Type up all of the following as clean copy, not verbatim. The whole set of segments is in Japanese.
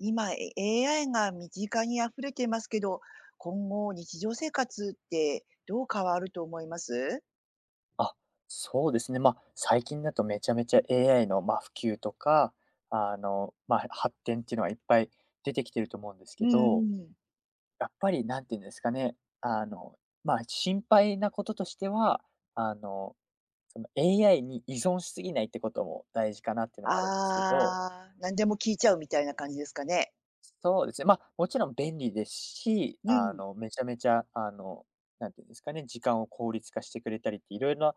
今、AI が身近に溢れていますけど、今後日常生活ってどう変わると思います？あ、そうですね。まあ、最近だとめちゃめちゃ AI の、まあ、普及とか、まあ、発展っていうのはいっぱい出てきてると思うんですうけんど、うん。やっぱり何て言うんですかね、あの、まあ、心配なこととしては、あの、その AI に依存しすぎないってことも大事かなっていうのあもあるんですけど、あ、何でも聞いちゃうみたいな感じですかね。そうですね、まあ、もちろん便利ですし、うん。めちゃめちゃ、なんていうんですかね、時間を効率化してくれたりっていろいろな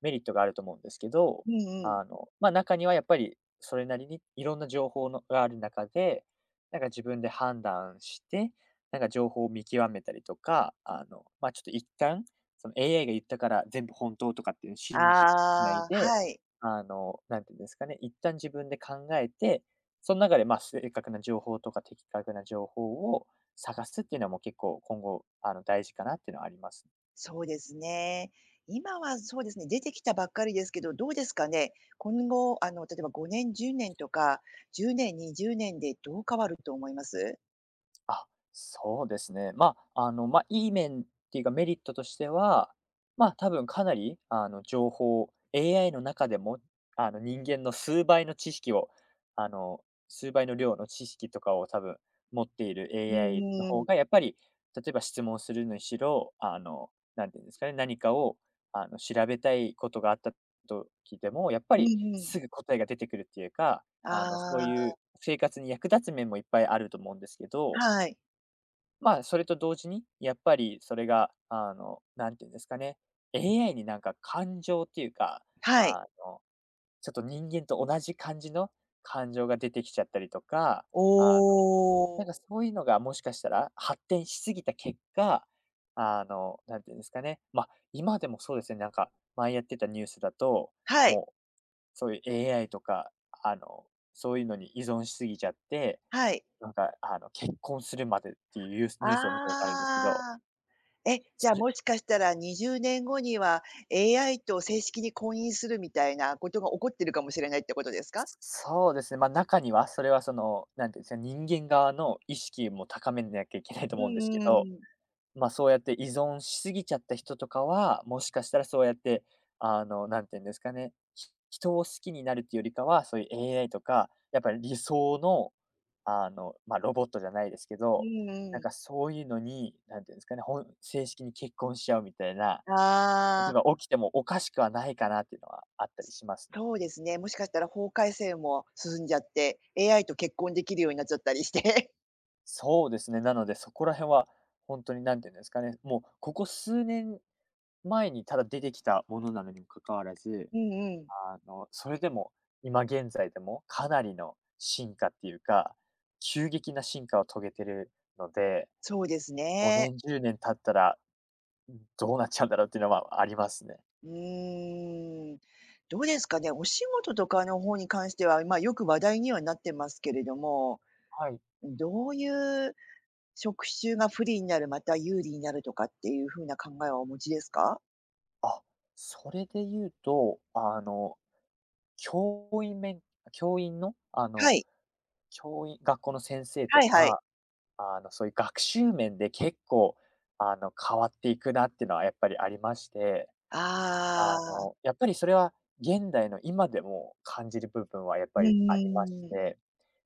メリットがあると思うんですけど、うんうん。まあ、中にはやっぱりそれなりにいろんな情報のがある中で、なんか自分で判断して、なんか情報を見極めたりとか、まあ、ちょっと一旦、その AI が言ったから全部本当とかっていうのを信じなあいあ、で、はい。なんていうんですかね、一旦自分で考えて、その中で、まあ、正確な情報とか的確な情報を探すっていうのはもう結構今後、大事かなっていうのはありますね。そうですね。今はそうですね、出てきたばっかりですけど、どうですかね。今後、例えば5年、10年とか、10年、20年でどう変わると思います？あ、そうですね。まあ、まあ、いい面っていうか、メリットとしては、まあ、多分かなり、情報 AI の中でも、人間の数倍の知識を、あの、数倍の量の知識とかを多分持っている う AI のんう方ん。がやっぱり、例えば質問するにしろ、何ていうんですかね、何かを、調べたいことがあったと聞いても、やっぱうりんうん。すぐ答えが出てくるっていうか、あそういあ、う生活に役立つ面もいっぱいあると思うんですけど、はい。まあ、それと同時に、やっぱりそれが、なんていうんですかね、AI になんか感情っていうか、はい。あの、ちょっと人間と同じ感じの感情が出てきちゃったりとか、おあの、なんお。かそういうのがもしかしたら発展しすぎた結果、なんていうんですかね、まあ、今でもそうですね、なんか前やってたニュースだと、はい、もう、そういう AI とか、あの、そういうのに依存しすぎちゃってはい。なんか、結婚するまでっていうユースニュースを見たことあるんですけど、ああ。え、じゃあ、それもしかしたら20年後には AI と正式に婚姻するみたいなことが起こってるかもしれないってことですか？そうですね、ま、中には、それはその、なんていうんですか、人間側の意識も高めなきゃいけないとう思うんですけんうど、ん。ま、そうやって依存しすぎちゃった人とかは、もしかしたらそうやって、なんていうんですかね、人を好きになるっていうよりかは、そういう AI とか、やっぱり理想の、ま、ロボットじゃないですけうど、んなんうん。かそういうのに、なんていうんですかね、正式に結婚しちゃうみたいなこあとあ、が起きてもおかしくはないかなっていうのはあったりしますね。そうですね。もしかしたら法改正も進んじゃって、AI と結婚できるようになっちゃったりして。そうですね、なのでそこら辺は本当に何て言うんですかね、もうここ数年前にただ出てきたものなのにも関わらず、うんうん。それでも今現在でもかなりの進化っていうか、急激な進化を遂げてるので、そうですね。5年、10年経ったらどうなっちゃうんだろうっていうのはありますね。うーん。どうですかね、お仕事とかの方に関しては、ま、よく話題にはなってますけれども、はい。どういう職種が不利になる、また有利になるとかっていう風な考えはお持ちですか？あ、それで言うと、教員め教員の、はい。学校の先生とはいはい。か、そういう学習面で結構、変わっていくなっていうのはやっぱりありまして、ああ、やっぱりそれは現代の今でも感じる部分はやっうぱりんありましん、て、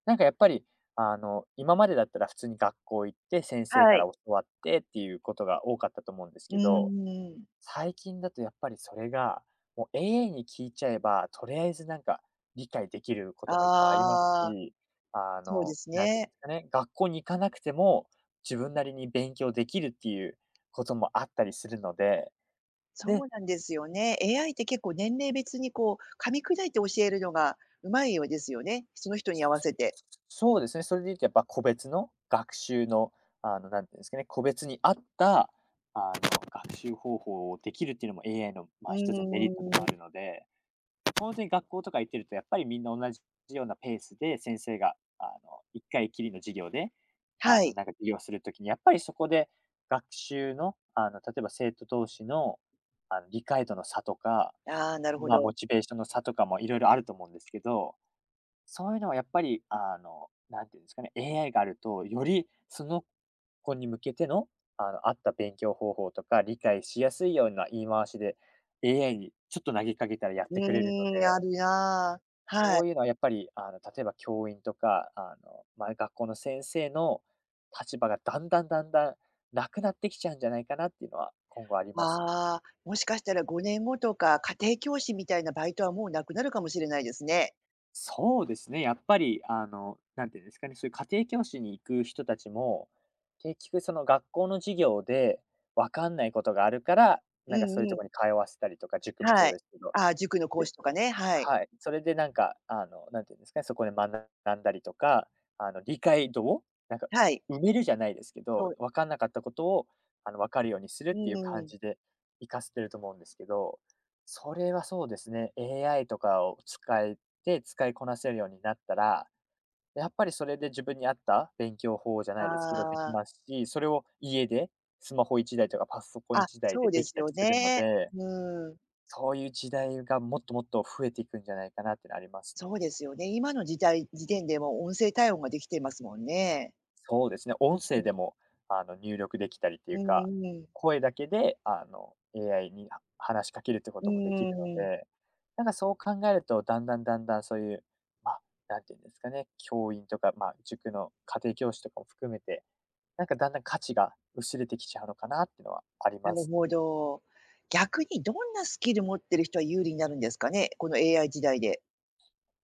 なんかやっぱり、今までだったら普通に学校行って、先生はからい。教わってっていうことが多かったと思うんですうーけど、ん。最近だとやっぱりそれが、もう AI に聞いちゃえば、とりあえずなんか理解できることあもいっぱいありますあ、し、そうですなんていうんね。ですかね、学校に行かなくても自分なりに勉強できるっていうこともあったりするので、そで、うなんですよね。AI って結構年齢別にこう噛み砕いて教えるのが上手いようですよね。その人に合わせて。そうですね、それで言うとやっぱ個別の学習の、なんていうんですかね、個別に合った、あの、学習方法をできるっていうのも AI の、まうあ、一つのメリットでーもあるん。ので、ほんに学校とか行ってるとやっぱりみんな同じようなペースで先生が、1回きりの授業で、はい。なんか授業するときにやっぱりそこで学習の、例えば生徒同士の、理解度の差とか、ああ、なるほまあ、モど。チベーションの差とかもいろいろあると思うんですけど、そういうのはやっぱり、なんていうんですかね、AI があるとよりその子に向けての、合った勉強方法とか理解しやすいような言い回しで AI にちょっと投げかけたらやっうてくれるのーん、あで、るな。はそい。ういうのはやっぱり、例えば教員とか、まあ、学校の先生の立場がだんだんだんだんなくなってきちゃうんじゃないかなっていうのは今後ありますね。ああ、もしかしたら5年後とか、家庭教師みたいなバイトはもうなくなるかもしれないですね。そうですね、やっぱり、なんていうんですかね、そういう家庭教師に行く人たちも、結局その学校の授業で分かんないことがあるから、うんなんかそういううところん。に通わせたりとか、塾もはそうい。ですけど。ああ、塾の講師とかね、はい。はい、それでなんか、なんていうんですかね、そこで学んだりとか、理解度を、なんか、はい。埋めるじゃないですけそど、う、分かんなかったことを、分かるようにするうっていう感ん、じで活かせてると思うんですけど、それはそうですね、AI とかを使えて、使いこなせるようになったら、やっぱりそれで自分に合った勉強法じゃなあいですけど、できあ、ますし、それを家でスマホ1台とかパソコンあ、1台そでうでできすたりよするのね。で、うん。そういう時代がもっともっと増えていくんじゃないかなっていうのありますね。そうですよね。今の時代時点でもう音声対応ができてますもんね。そうですね、うん音う声ん。でも入力できたりっていううんか、うん。声だけであの AI には話しかけるってこともできるので、なんかそう考えると、だんだんだんだんそういう、まあ、なんていうんですかね、教員とか、まあ、塾の家庭教師とかも含めて、なんかだんだん価値が薄れてきちゃうのかなっていうのはありなまるす。ほど。逆にどんなスキル持ってる人は有利になるんですかね？この AI 時代で。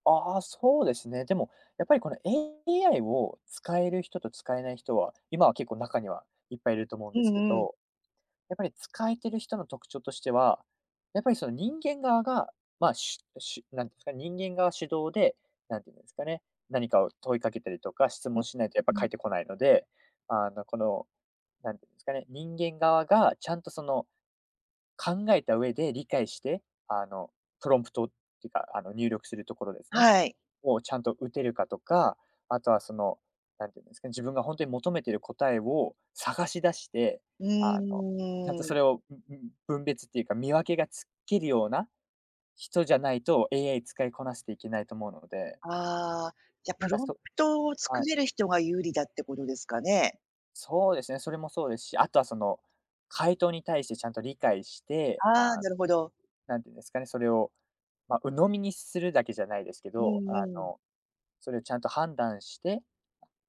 ああ、そうですね。でも、やっぱりこの AI を使える人と使えない人は、今は結構中にはいっぱいいると思うんうですけん。ど、やっぱり使えてる人の特徴としては、やっぱりその人間側が、まあ、なんていうんですか、人間側主導で、なんていうんですかね、何かを問いかけたりとか質う問ん。しないとやっぱうん。返ってこないので、この、なんていうんですかね、人間側がちゃんとその考えた上で理解して、あの、プロンプトっていうか、入力するところですね。はい。をちゃんと打てるかとか、あとはその、なんていうんですかね、自分が本当に求めてる答えを探し出して、うあの、ちゃんーとそん。れを、分別っていうか、見分けがつけるような人じゃないと AI 使いこなしていけないと思うので、ああ、じゃ、なプんかロンプそトを作はい、れる人が有利だってことですかね。そうですね。それもそうですし、あとはその、回答に対してちゃんと理解して、ああ、あなるほど。なんていうんですかね、それを、まあ、鵜呑みにするだけじゃないですけうど、んうん。それをちゃんと判断して、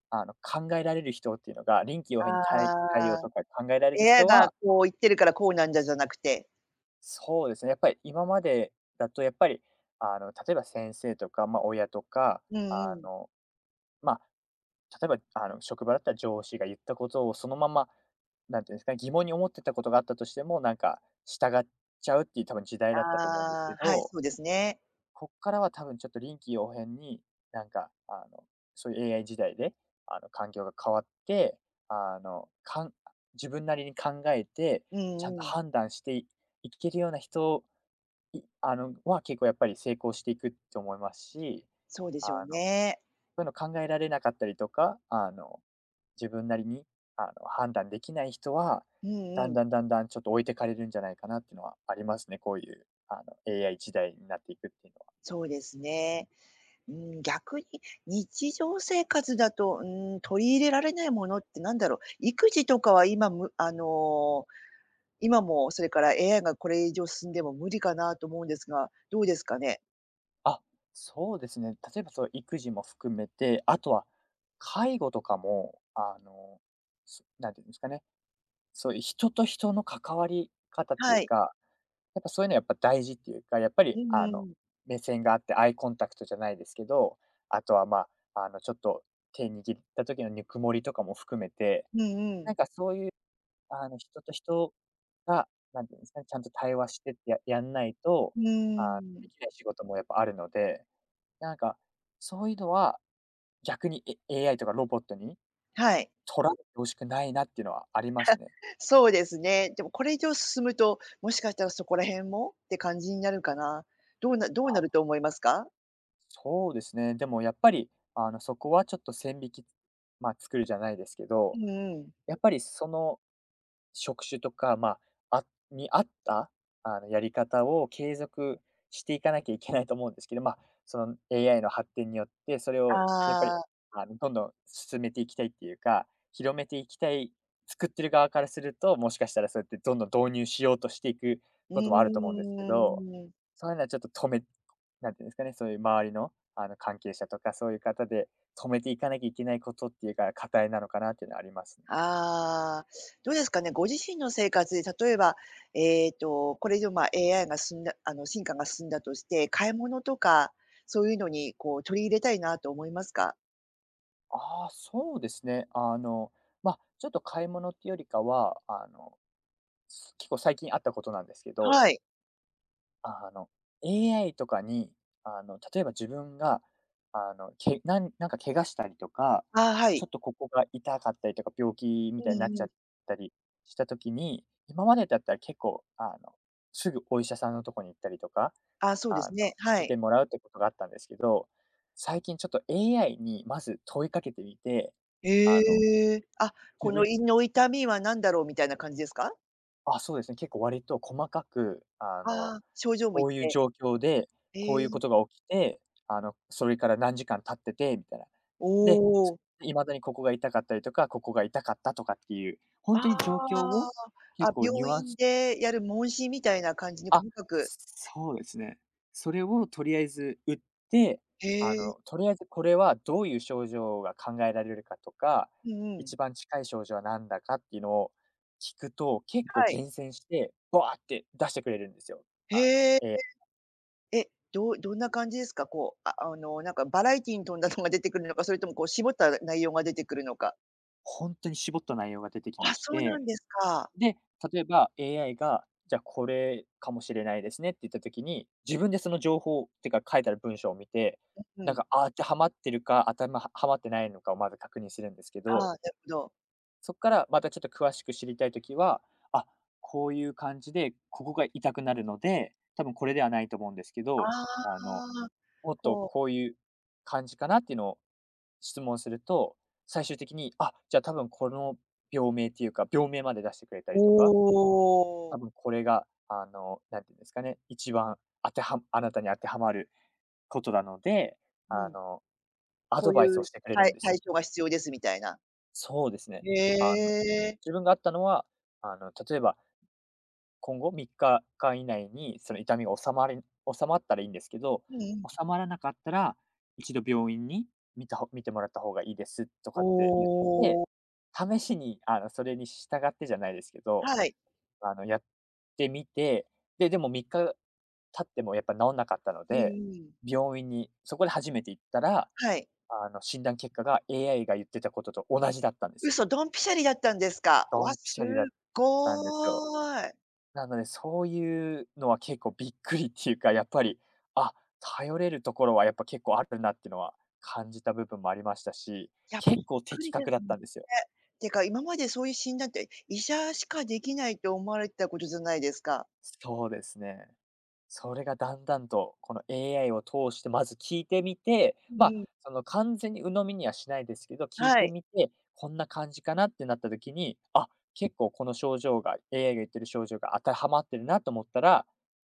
考えられる人っていうのが、臨機応変に対対あ応あ、とか考えられる AI 人がは、こう言ってるからこうなんだじゃなくて。そうですね。やっぱり今までだとやっぱり、例えば先生とか、まあ、親とか、うんあうん。の、まあ、例えば、職場だったら上司が言ったことをそのまま、なんていうんですかね、疑問に思ってたことがあったとしても、従っちゃうっていう多分時代あだったと思うんですけあ、はい、ど、そうですね。こっからは多分ちょっと臨機応変に、なんか、あの、そういう AI 時代で、環境が変わって、あの、かん自分なりに考えて、うちゃんんとうん。判断していいけるような人、いあの、は結構やっぱり成功していくと思いますし、そうでしょあうの、そね。ういうの考えられなかったりとか、自分なりに、判断できない人は、うんだうんん。だんだんだんちょっと置いてかれるんじゃないかなっていうのはありますね。こういう、AI 時代になっていくっていうのは。そうですね。うーん、逆に日常生活だと、うーん、取り入れられないものってなんだろう、育児とかは今むあの今もそれから AI がこれ以上進んでも無理かなと思うんですが、どうですかね？あ、そうですね。例えばその育児も含めて、あとは介護とかも、なんていうんですかね、そういう人と人の関わり方っていはうい。か、やっぱそういうのやっぱ大事っていうか、やっぱうりんうん。目線があってアイコンタクトじゃないですけど、あとはまあ、あの、ちょっと手握った時のぬくもりとかも含めて、うんうなんん。かそういう、人と人が、なんていうんですかね、ちゃんと対話してってややんないと、うーあ、でん。きない仕事もやっぱあるので、なんか、そういうのは、逆に、 AI とかロボットにはい。取られて欲しくないなっていうのはありますね。そうですね。でもこれ以上進むと、もしかしたらそこら辺もって感じになるかな。どうなあ、ると思いますか？そうですね。でもやっぱり、そこはちょっと線引き、まあ、作るじゃないですけうど、んうん。やっぱりその職種とか、まあ、に合った、やり方を継続していかなきゃいけないと思うんですけど、まあ、その AI の発展によって、それをやっぱり、ああ、どんどん進めていきたいっていうか、広めていきたい、作ってる側からすると、もしかしたらそうやってどんどん導入しようとしていくうこともあると思うんでーすけど、ん。そういうのはちょっとなんていうんですかね、そういう周りの、関係者とかそういう方で止めていかなきゃいけないことっていうか、課題なのかなっていうのはありますね。ああ、どうですかね、ご自身の生活で例えば、これ以上、まあ、AI が進んだ進化が進んだとして、買い物とか、そういうのにこう取り入れたいなと思いますか？ああ、そうですね。ちょっと買い物っていうよりかは、結構最近あったことなんですけど、はい。あの、AI とかに、例えば自分が、あの、けなんなんか怪我したりとか、ああ、はちい。ょっとここが痛かったりとか、病気みうたいになっんうちゃっん。たりした時に、今までだったら結構、すぐお医者さんのとこに行ったりとか、ああ、そうですね、は診い。てもらうってことがあったんですけど、最近ちょっと AI にまず問いかけてみて、あのええ、あ、こ自の分胃の痛みは何だろうみたいな感じですか？あ、そうですね、結構割と細かく、ああ、症状もこ言っういうて。状況で、えこういうえ、ことが起きて、それから何時間経っててみたいな。おで、お、未だにここが痛かったりとか、ここが痛かったとかっていう、本ああ、当に状況を結あ、構ニュ病アン院スでやる問診みたいな感じにあ、細かく。そうですね。それをとりあえず打って、へえ、とりあえずこれはどういう症状が考えられるかとか、うんうん。一番近い症状は何だかっていうのを聞くと、結構はい。厳選して、バーって出してくれるんですよ。あの、へえ。ええ、え、どんな感じですか？こう、なんかバラエティーに富んだのが出てくるのか、それともこう絞った内容が出てくるのか。に絞った内容が出てきあ、ましそうなて、んですか。で、例えば AI が、じゃあこれかもしれないですねって言った時に、自分でその情報っていうか書いてある文章を見て、うなんん。か、あ、当てはまってるか、頭ははまってないのかをまず確認するんですけああ、ど、なるほど。そこからまたちょっと詳しく知りたい時は、あ、こういう感じで、ここが痛くなるので、多分これではないと思うんですけど、ああの、あ、もっとここうう、いう感じかなっていうのを質問すると、最終的に、あ、じゃあ多分この病名っていうか、病名まで出してくれたおりとか、多お。分これが、あの、なんていうんですかね、一番当てはあなたに当てはまることなので、うあん。の、アこドういバイスをうしてくれるたんいです対よ。処が必要ですみたいな。そうですね。へあの、え。自分があったのは、例えば、今後3日間以内にその痛みが収まったらいいんですけど、うんうん。収まらなかったら、一度病院に見たほ見てもらった方がいいですとおかって言って、お。試しに、それに従ってじゃないですけど、はい。あの、やってみて、で、でも3日経ってもやっぱ治んなかったのうんで、うん。病院にそこで初めて行ったら、はい。診断結果が AI が言ってたことと同じだったんですよ。嘘、ドンピシャリだったんですか。ドわ、ンピすシっャリだったんですよ。ごい。なので、そういうのは結構びっくりっていうか、やっぱり、あ、頼れるところはやっぱ結構あるなっていうのは感じた部分もありましたし、いや、びっ結構く的りで確すだっね。たんですよ。てか、今までそういう診断って、医者しかできないと思われてたことじゃないですか。そうですね。それがだんだんと、この AI を通してまず聞いてみて、うんまうあ、ん。その完全に鵜呑みにはしないですけど、聞いはてい。みて、こんな感じかなってなった時に、あ、結構この症状が AI が言ってる症状が当てはまってるなと思ったら、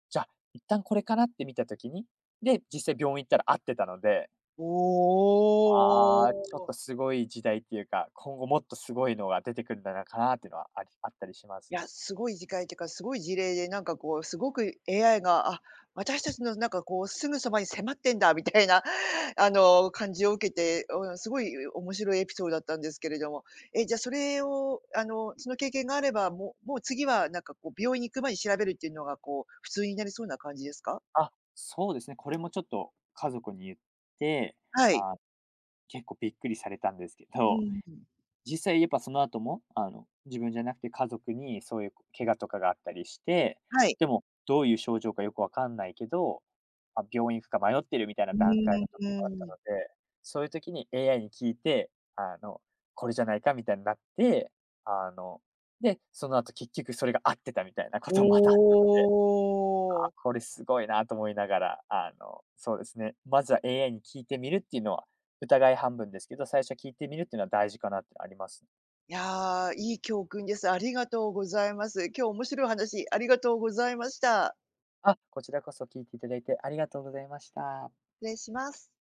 じゃあ、一旦これかなって見た時に、で、実際病院行ったら合ってたので、おああ、ちょっとお。すごい時代っていうか、今後もっとすごいのが出てくるんだなかなっていうのはあったりしまいすね。や、すごい時間っていうか、すごい事例で、なんかこう、すごく AI が、あ、私たちのなんかこう、すぐそばに迫ってんだみたいな、感じを受けて、うん、すごい面白いエピソードだったんですけれども、え、じゃあそれを、その経験があれば、もう次はなんかこう、病院に行く前に調べるっていうのがこう、普通になりそうな感じですか？あ、そうですね。これもちょっと家族に言って、はい。あ、結構びっくりされたんですけうど、ん、 実際やっぱその後も、自分じゃなくて家族にそういう怪我とかがあったりして、はい。でもどういう症状かよくわかんないけど、あ、病院行くか迷ってるみたいうな段階の時もあったーん。ので、そういう時に AI に聞いて、これじゃないかみたいになって、あの、で、その後結局それが合ってたみたいなこともまたあったおので。お。これすごいなと思いながら、そうですね、まずは AI に聞いてみるっていうのは、疑い半分ですけど、最初は聞いてみるっていうのは大事かなってあります。いやー、いい教訓です。ありがとうございます。今日面白い話ありがとうございました。あ、こちらこそ聞いていただいてありがとうございました。失礼します。